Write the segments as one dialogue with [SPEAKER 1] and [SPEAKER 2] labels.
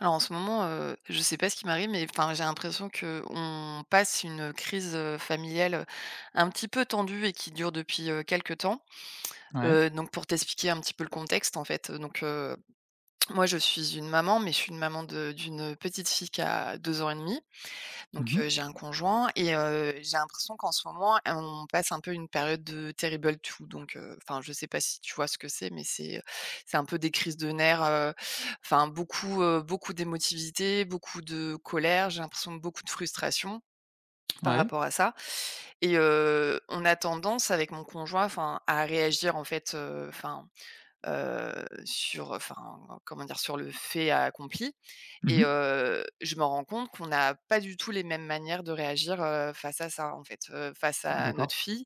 [SPEAKER 1] Alors en ce moment, je sais pas ce qui m'arrive, mais enfin, j'ai l'impression que on passe une crise familiale, un petit peu tendue et qui dure depuis quelque temps.
[SPEAKER 2] Ouais.
[SPEAKER 1] Donc pour t'expliquer un petit peu le contexte, en fait, donc, moi je suis une maman, mais je suis une maman de d'une petite fille qui a 2 ans et demi. Donc
[SPEAKER 2] Mmh.
[SPEAKER 1] j'ai un conjoint et j'ai l'impression qu'en ce moment, on passe un peu une période de terrible two donc enfin, je sais pas si tu vois ce que c'est, mais c'est un peu des crises de nerfs, enfin beaucoup, beaucoup d'émotivité, beaucoup de colère, j'ai l'impression de beaucoup de frustration par
[SPEAKER 2] Ouais.
[SPEAKER 1] rapport à ça. Et on a tendance avec mon conjoint, enfin, à réagir en fait, sur, enfin, comment dire? Sur le fait accompli. Et
[SPEAKER 2] Mmh.
[SPEAKER 1] je me rends compte qu'on n'a pas du tout les mêmes manières de réagir, face à ça, en fait, face à
[SPEAKER 2] D'accord.
[SPEAKER 1] notre fille.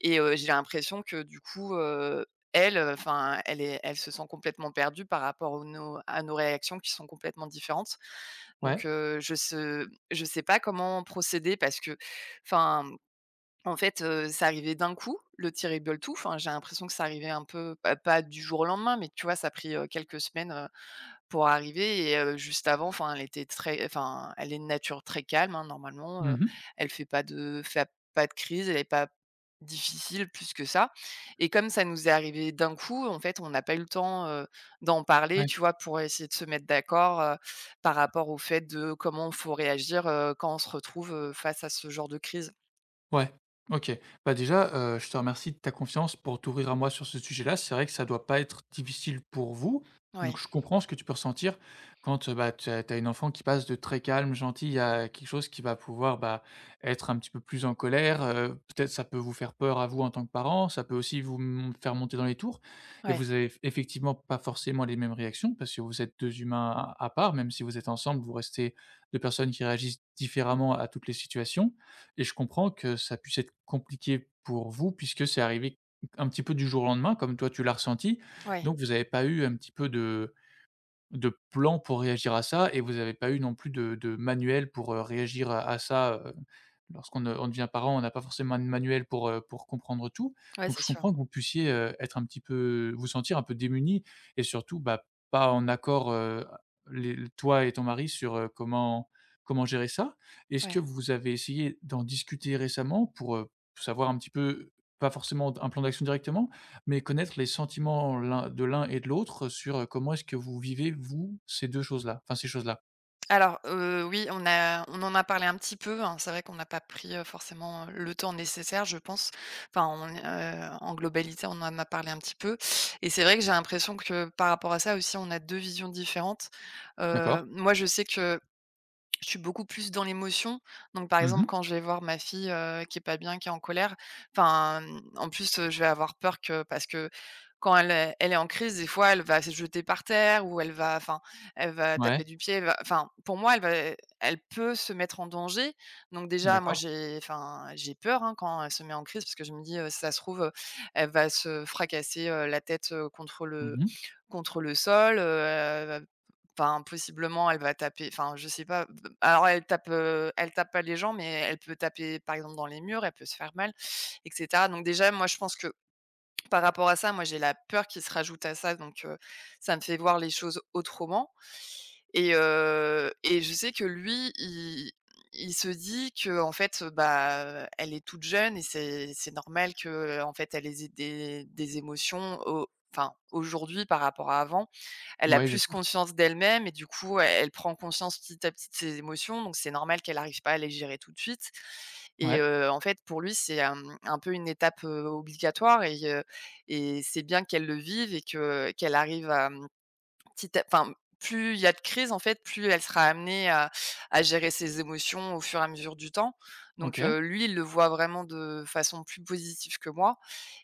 [SPEAKER 1] Et j'ai l'impression que du coup, elle, enfin, elle se sent complètement perdue par rapport aux nos à nos réactions qui sont complètement différentes. Donc
[SPEAKER 2] Ouais.
[SPEAKER 1] je sais pas comment procéder parce que, enfin, en fait, c'est arrivé d'un coup, le Terrible 2, enfin, j'ai l'impression que ça arrivait un peu bah, pas du jour au lendemain, mais tu vois, ça a pris, quelques semaines, pour arriver. Et juste avant, enfin, elle était très enfin, elle est de nature très calme, hein, normalement,
[SPEAKER 2] Mmh.
[SPEAKER 1] elle fait pas de crise, elle est pas difficile plus que ça. Et comme ça nous est arrivé d'un coup, en fait, on n'a pas eu le temps, d'en parler,
[SPEAKER 2] Ouais.
[SPEAKER 1] tu vois, pour essayer de se mettre d'accord, par rapport au fait de comment il faut réagir, quand on se retrouve, face à ce genre de crise.
[SPEAKER 2] Ouais, OK. Bah, déjà, je te remercie de ta confiance pour t'ouvrir à moi sur ce sujet-là. C'est vrai que ça doit pas être difficile pour vous, donc
[SPEAKER 1] Ouais,
[SPEAKER 2] je comprends ce que tu peux ressentir quand, bah, tu as une enfant qui passe de très calme, gentille à quelque chose qui va pouvoir, bah, être un petit peu plus en colère, peut-être ça peut vous faire peur à vous en tant que parent. Ça peut aussi vous m faire monter dans les tours et
[SPEAKER 1] ouais.
[SPEAKER 2] vous avez effectivement pas forcément les mêmes réactions parce que vous êtes 2 humains à part, même si vous êtes ensemble, vous restez 2 personnes qui réagissent différemment à toutes les situations, et je comprends que ça puisse être compliqué pour vous puisque c'est arrivé un petit peu du jour au lendemain, comme toi tu l'as ressenti.
[SPEAKER 1] Ouais,
[SPEAKER 2] Donc vous n'avez pas eu un petit peu de plan pour réagir à ça, et vous n'avez pas eu non plus de manuel pour, réagir à ça, lorsqu'on, on devient parent, on n'a pas forcément de manuel pour comprendre tout.
[SPEAKER 1] ouais,
[SPEAKER 2] Donc
[SPEAKER 1] c'est
[SPEAKER 2] je
[SPEAKER 1] sûr,
[SPEAKER 2] comprends que vous puissiez, être un petit peu, vous sentir un peu démuni, et surtout, bah, pas en accord, les toi et ton mari sur, comment comment gérer ça. Est-ce
[SPEAKER 1] ouais.
[SPEAKER 2] que vous avez essayé d'en discuter récemment pour, savoir un petit peu, pas forcément un plan d'action directement, mais connaître les sentiments l'un de l'un et de l'autre sur, comment est-ce que vous vivez, vous, ces 2 choses-là, enfin ces choses-là.
[SPEAKER 1] Alors, oui, on en a parlé un petit peu, hein. C'est vrai qu'on n'a pas pris, forcément, le temps nécessaire, je pense. Enfin, on en globalité, on en a parlé un petit peu et c'est vrai que j'ai l'impression que, par rapport à ça aussi, on a 2 visions différentes.
[SPEAKER 2] D'accord.
[SPEAKER 1] Moi, je sais que je suis beaucoup plus dans l'émotion. Donc, par exemple,
[SPEAKER 2] Mmh.
[SPEAKER 1] quand je vais voir ma fille, qui est pas bien, qui est en colère, enfin, en plus, je vais avoir peur que parce que quand elle est en crise, des fois, elle va se jeter par terre ou elle va enfin, elle va
[SPEAKER 2] Ouais,
[SPEAKER 1] taper du pied, elle va enfin, pour moi, elle peut se mettre en danger. Donc déjà, moi,
[SPEAKER 2] d'accord.
[SPEAKER 1] j'ai enfin, j'ai peur, hein, quand elle se met en crise parce que je me dis: «Si ça se trouve, elle va se fracasser, la tête, contre le
[SPEAKER 2] Mmh.
[SPEAKER 1] sol, enfin, possiblement, elle va taper» enfin, je sais pas. Alors elle tape pas les gens, mais elle peut taper, par exemple, dans les murs, elle peut se faire mal et cetera. Donc déjà, moi, je pense que par rapport à ça, moi, j'ai la peur qui se rajoute à ça, donc ça me fait voir les choses autrement. Et je sais que lui, il se dit que en fait, bah, elle est toute jeune et c'est normal que, en fait, elle ait des émotions au enfin, aujourd'hui par rapport à avant. Elle a
[SPEAKER 2] Ouais, bien
[SPEAKER 1] plus
[SPEAKER 2] sûr.
[SPEAKER 1] conscience d'elle-même et du coup, elle prend conscience petit à petit de ses émotions, donc c'est normal qu'elle n'arrive pas à les gérer tout de suite. Et
[SPEAKER 2] Ouais,
[SPEAKER 1] en fait, pour lui, c'est un peu une étape, obligatoire. Et c'est bien qu'elle le vive et que qu'elle arrive à, petit à enfin, plus il y a de crises, en fait, plus elle sera amenée à gérer ses émotions au fur et à mesure du temps. Donc
[SPEAKER 2] OK.
[SPEAKER 1] lui, il le voit vraiment de façon plus positive que moi.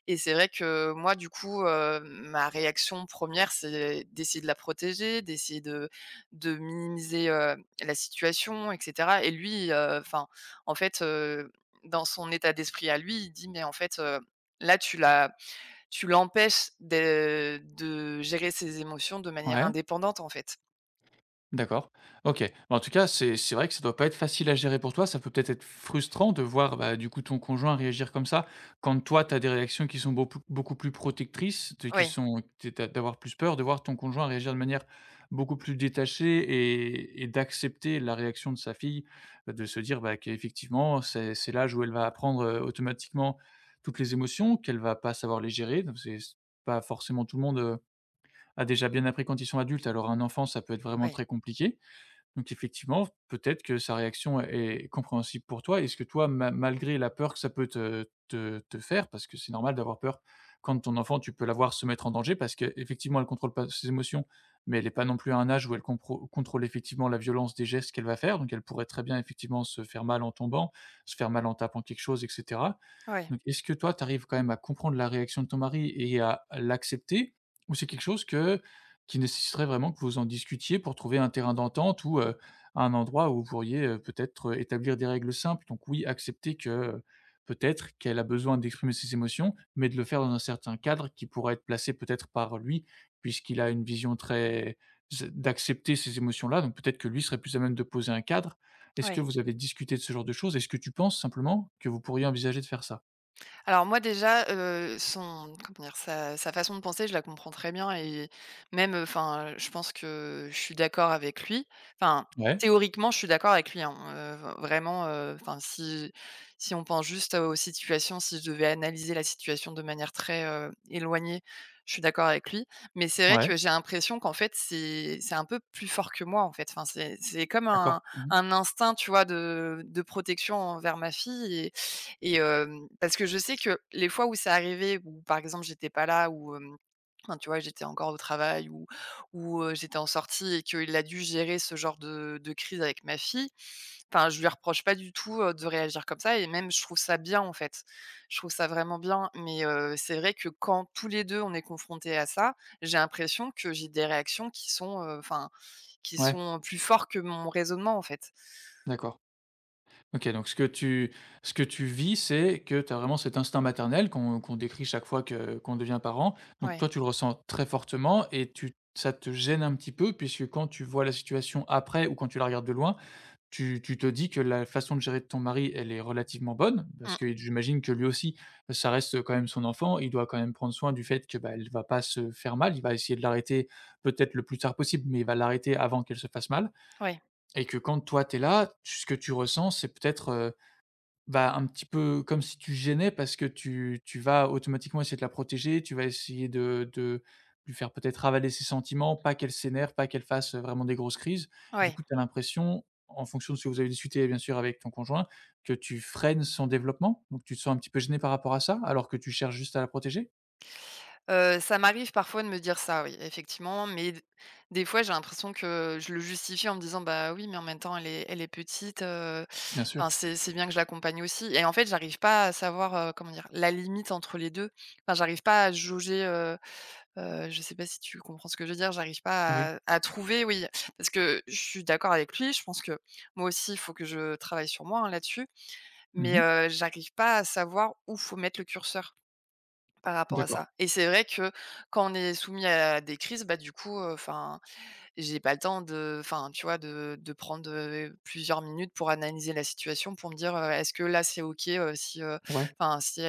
[SPEAKER 1] Et c'est vrai que moi, du coup, ma réaction première, c'est d'essayer de la protéger, d'essayer de minimiser, la situation et cetera. Et lui, enfin, en fait, dans son état d'esprit à lui, il dit: «Mais en fait, là, tu l'empêches de gérer ses émotions de manière
[SPEAKER 2] Ouais.
[SPEAKER 1] indépendante, en fait».
[SPEAKER 2] D'accord. OK. Bah, en tout cas, c'est vrai que ça doit pas être facile à gérer pour toi. Ça peut peut-être être frustrant de voir, bah, du coup, ton conjoint réagir comme ça, quand toi, tu as des réactions qui sont beaucoup beaucoup plus protectrices, de qui
[SPEAKER 1] Oui,
[SPEAKER 2] sont t d'a d'avoir plus peur, de voir ton conjoint réagir de manière beaucoup plus détachée et d'accepter la réaction de sa fille, de se dire, bah, qu'effectivement, c'est l'âge où elle va apprendre, automatiquement toutes les émotions, qu'elle va pas savoir les gérer. Donc c'est c pas forcément tout le monde, a déjà bien appris quand ils sont adultes, alors un enfant, ça peut être vraiment
[SPEAKER 1] oui,
[SPEAKER 2] très compliqué. Donc effectivement, peut-être que sa réaction est compréhensible pour toi. Est-ce que toi, ma malgré la peur que ça peut te faire, parce que c'est normal d'avoir peur quand ton enfant, tu peux la voir se mettre en danger parce qu'effectivement, elle contrôle pas ses émotions, mais elle n'est pas non plus à un âge où elle compro contrôle effectivement la violence des gestes qu'elle va faire. Donc elle pourrait très bien effectivement se faire mal en tombant, se faire mal en tapant quelque chose, et cetera.
[SPEAKER 1] oui,
[SPEAKER 2] Donc est-ce que toi, tu arrives quand même à comprendre la réaction de ton mari et à l'accepter? Ou c'est quelque chose que, qui nécessiterait vraiment que vous en discutiez pour trouver un terrain d'entente, ou, un endroit où vous pourriez, peut-être, établir des règles simples. Donc oui, accepter que, peut-être qu'elle a besoin d'exprimer ses émotions, mais de le faire dans un certain cadre qui pourrait être placé peut-être par lui, puisqu'il a une vision très d'accepter ces émotions-là, donc peut-être que lui serait plus à même de poser un cadre. Est-ce que
[SPEAKER 1] oui.
[SPEAKER 2] vous avez discuté de ce genre de choses? Est-ce que tu penses simplement que vous pourriez envisager de faire ça?
[SPEAKER 1] Alors moi déjà, son comment dire? Sa façon de penser, je la comprends très bien. Et même, enfin, je pense que je suis d'accord avec lui. Enfin,
[SPEAKER 2] Ouais,
[SPEAKER 1] théoriquement, je suis d'accord avec lui, hein, vraiment, enfin si on pense juste aux situations, si je devais analyser la situation de manière très, éloignée, je suis d'accord avec lui. Mais c'est vrai
[SPEAKER 2] ouais,
[SPEAKER 1] que j'ai l'impression qu'en fait, c'est un peu plus fort que moi, en fait. Enfin, c'est comme
[SPEAKER 2] d'accord.
[SPEAKER 1] un
[SPEAKER 2] Mmh.
[SPEAKER 1] instinct, tu vois, de protection envers ma fille. Et parce que je sais que les fois où c'est arrivé, où par exemple j'étais pas là ou, enfin tu vois, j'étais encore au travail ou, j'étais en sortie et qu'il a dû gérer ce genre de crise avec ma fille, enfin je lui reproche pas du tout, de réagir comme ça et même je trouve ça bien en fait. Je trouve ça vraiment bien, mais, c'est vrai que quand tous les 2 on est confrontés à ça, j'ai l'impression que j'ai des réactions qui sont, enfin qui
[SPEAKER 2] Ouais,
[SPEAKER 1] sont plus forts que mon raisonnement en fait.
[SPEAKER 2] d'accord. OK, donc ce que tu, ce que tu vis, c'est que tu as vraiment cet instinct maternel qu'on décrit chaque fois que qu'on devient parent. Donc
[SPEAKER 1] Ouais.
[SPEAKER 2] toi, tu le ressens très fortement et tu, ça te gêne un petit peu puisque quand tu vois la situation après ou quand tu la regardes de loin, tu te dis que la façon de gérer de ton mari, elle est relativement bonne parce
[SPEAKER 1] Mmh.
[SPEAKER 2] que j'imagine que lui aussi, ça reste quand même son enfant, il doit quand même prendre soin du fait que, bah, elle va pas se faire mal, il va essayer de l'arrêter peut-être le plus tard possible, mais il va l'arrêter avant qu'elle se fasse mal,
[SPEAKER 1] Ouais.
[SPEAKER 2] et que quand toi, t'es es là, ce que tu ressens, c'est peut-être, bah, un petit peu comme si tu gênais, parce que tu vas automatiquement essayer de la protéger, tu vas essayer de lui faire peut-être avaler ses sentiments, pas qu'elle s'énerve, pas qu'elle fasse, vraiment des grosses crises. Et du
[SPEAKER 1] Ouais.
[SPEAKER 2] coup, tu as l'impression, en fonction de ce que vous avez discuté bien sûr avec ton conjoint, que tu freines son développement? Donc tu te sens un petit peu gêné par rapport à ça, alors que tu cherches juste à la protéger?
[SPEAKER 1] Ça m'arrive parfois de me dire ça, oui, effectivement, mais d des fois, j'ai l'impression que je le justifie en me disant: «Bah, oui, mais en même temps, elle est petite,
[SPEAKER 2] Bien
[SPEAKER 1] enfin,
[SPEAKER 2] sûr.
[SPEAKER 1] c'est bien que je l'accompagne aussi» et en fait, j'arrive pas à savoir, comment dire? La limite entre les 2. Enfin, j'arrive pas à jauger, je sais pas si tu comprends ce que je veux dire? J'arrive
[SPEAKER 2] Oui.
[SPEAKER 1] pas à trouver, oui, parce que je suis d'accord avec lui, je pense que moi aussi, il faut que je travaille sur moi, hein, là-dessus, mais
[SPEAKER 2] Mmh.
[SPEAKER 1] j'arrive pas à savoir où faut mettre le curseur. Par rapport à
[SPEAKER 2] D'accord.
[SPEAKER 1] ça. Et c'est vrai que quand on est soumis à des crises, bah, du coup, enfin, j'ai pas le temps de enfin, tu vois, de prendre, plusieurs minutes pour analyser la situation, pour me dire: «Est-ce que là, c'est OK, si,
[SPEAKER 2] Ouais.
[SPEAKER 1] enfin, si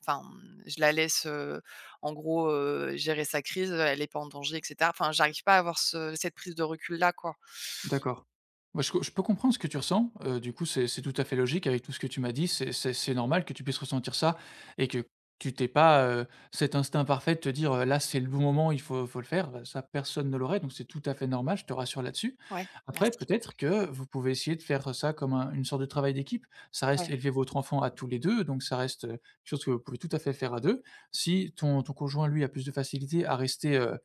[SPEAKER 1] enfin, je la laisse, en gros, gérer sa crise, elle est pas en danger» et cetera. Enfin, j'arrive pas à avoir ce cette prise de recul-là, quoi.
[SPEAKER 2] D'accord. Moi, je peux comprendre ce que tu ressens, du coup, c'est tout à fait logique avec tout ce que tu m'as dit. C'est normal que tu puisses ressentir ça, et que tu t'aies pas, cet instinct parfait de te dire, «Là, c'est le bon moment, il faut le faire». Ça, personne ne l'aurait, donc c'est tout à fait normal, je te rassure là-dessus.
[SPEAKER 1] Ouais,
[SPEAKER 2] Après,
[SPEAKER 1] merci.
[SPEAKER 2] peut-être que vous pouvez essayer de faire ça comme un une sorte de travail d'équipe. Ça reste
[SPEAKER 1] Ouais,
[SPEAKER 2] élever votre enfant à tous les 2. Donc ça reste, quelque chose que vous pouvez tout à fait faire à 2. Si ton conjoint, lui, a plus de facilité à rester,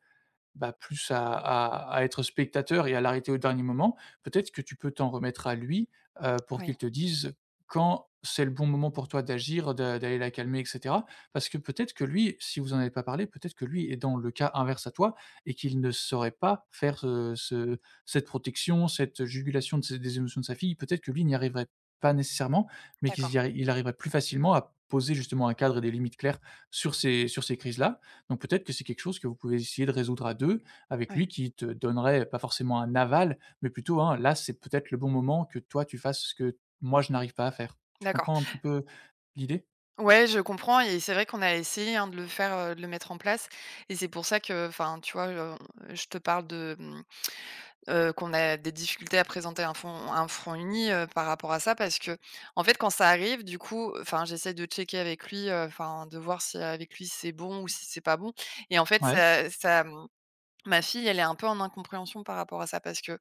[SPEAKER 2] bah, plus à être spectateur et à l'arrêter au dernier moment. Peut-être que tu peux t'en remettre à lui, pour
[SPEAKER 1] oui,
[SPEAKER 2] qu'il te dise quand c'est le bon moment pour toi d'agir, d'aller la calmer, et cetera. Parce que peut-être que lui, si vous n'en avez pas parlé, peut-être que lui est dans le cas inverse à toi, et qu'il ne saurait pas faire ce cette protection, cette jugulation de ses des émotions de sa fille. Peut-être que lui n'y arriverait pas nécessairement, mais qu'il
[SPEAKER 1] d'accord,
[SPEAKER 2] y arri il arriverait plus facilement à poser justement un cadre et des limites claires sur ces crises-là, donc peut-être que c'est quelque chose que vous pouvez essayer de résoudre à deux, avec
[SPEAKER 1] oui,
[SPEAKER 2] lui qui te donnerait pas forcément un aval, mais plutôt, hein, là, c'est peut-être le bon moment que toi tu fasses ce que moi je n'arrive pas à faire. Tu
[SPEAKER 1] d'accord.
[SPEAKER 2] comprends un petit peu l'idée?
[SPEAKER 1] Ouais, je comprends et c'est vrai qu'on a essayé, hein, de le faire, de le mettre en place. Et c'est pour ça que enfin, tu vois, je te parle de, qu'on a des difficultés à présenter un front uni, par rapport à ça parce que en fait, quand ça arrive, du coup, enfin, j'essaie de checker avec lui, enfin, de voir si avec lui c'est bon ou si c'est pas bon. Et en fait,
[SPEAKER 2] Ouais,
[SPEAKER 1] ma fille, elle est un peu en incompréhension par rapport à ça parce que,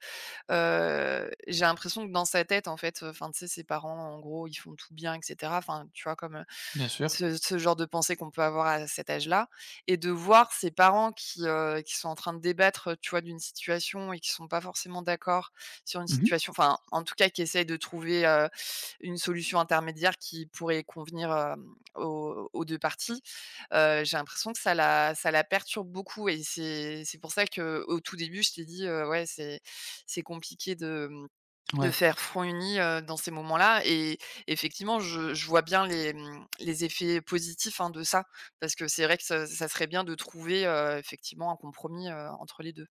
[SPEAKER 1] j'ai l'impression que dans sa tête, en fait, enfin, tu sais, ses parents, en gros, ils font tout bien et cetera. Enfin, tu vois, comme,
[SPEAKER 2] bien sûr.
[SPEAKER 1] ce genre de pensée qu'on peut avoir à cet âge-là. Et de voir ses parents qui sont en train de débattre, tu vois, d'une situation et qui sont pas forcément d'accord sur une
[SPEAKER 2] Mmh.
[SPEAKER 1] situation, enfin, en tout cas, qui essayent de trouver, une solution intermédiaire qui pourrait convenir, aux deux parties. J'ai l'impression que ça la perturbe beaucoup et c'est pour ça que au tout début, je t'ai dit, ouais, c'est compliqué de, de
[SPEAKER 2] Ouais.
[SPEAKER 1] faire front uni, dans ces moments-là. Et effectivement, je vois bien les, les effets positifs, hein, de ça. Parce que c'est vrai que ça serait bien de trouver, effectivement un compromis, entre les deux.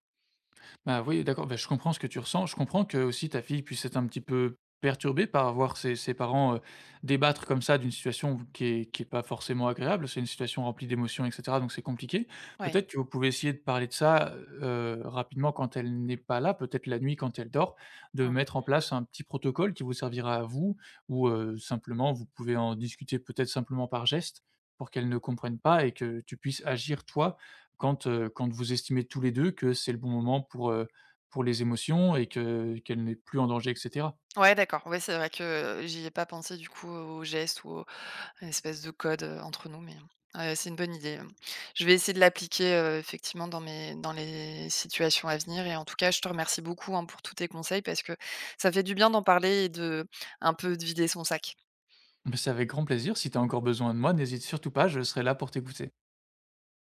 [SPEAKER 2] Bah, oui, d'accord, bah, je comprends ce que tu ressens. Je comprends que aussi ta fille puisse être un petit peu perturbée par voir ses ses parents, débattre comme ça d'une situation qui est pas forcément agréable. C'est une situation remplie d'émotions et cetera, donc c'est compliqué.
[SPEAKER 1] Ouais.
[SPEAKER 2] Peut-être que vous pouvez essayer de parler de ça, rapidement quand elle n'est pas là, peut-être la nuit quand elle dort, de
[SPEAKER 1] Mmh.
[SPEAKER 2] mettre en place un petit protocole qui vous servira à vous, ou, simplement vous pouvez en discuter peut-être simplement par geste pour qu'elle ne comprenne pas et que tu puisses agir toi quand, quand vous estimez tous les 2 que c'est le bon moment pour les émotions et que qu'elle n'est plus en danger, et cetera.
[SPEAKER 1] Ouais, d'accord. Ouais, c'est vrai que j'y ai pas pensé du coup au geste ou aux à l'espèce de code, entre nous, mais, mmh, ouais, c'est une bonne idée, mmh. Je vais essayer de l'appliquer, effectivement dans mes dans les situations à venir. Et en tout cas, je te remercie beaucoup, hein, pour tous tes conseils parce que ça fait du bien d'en parler et de un peu de vider son sac.
[SPEAKER 2] Bah, c'est avec grand plaisir. Si tu as encore besoin de moi, n'hésite surtout pas, je serai là pour t'écouter.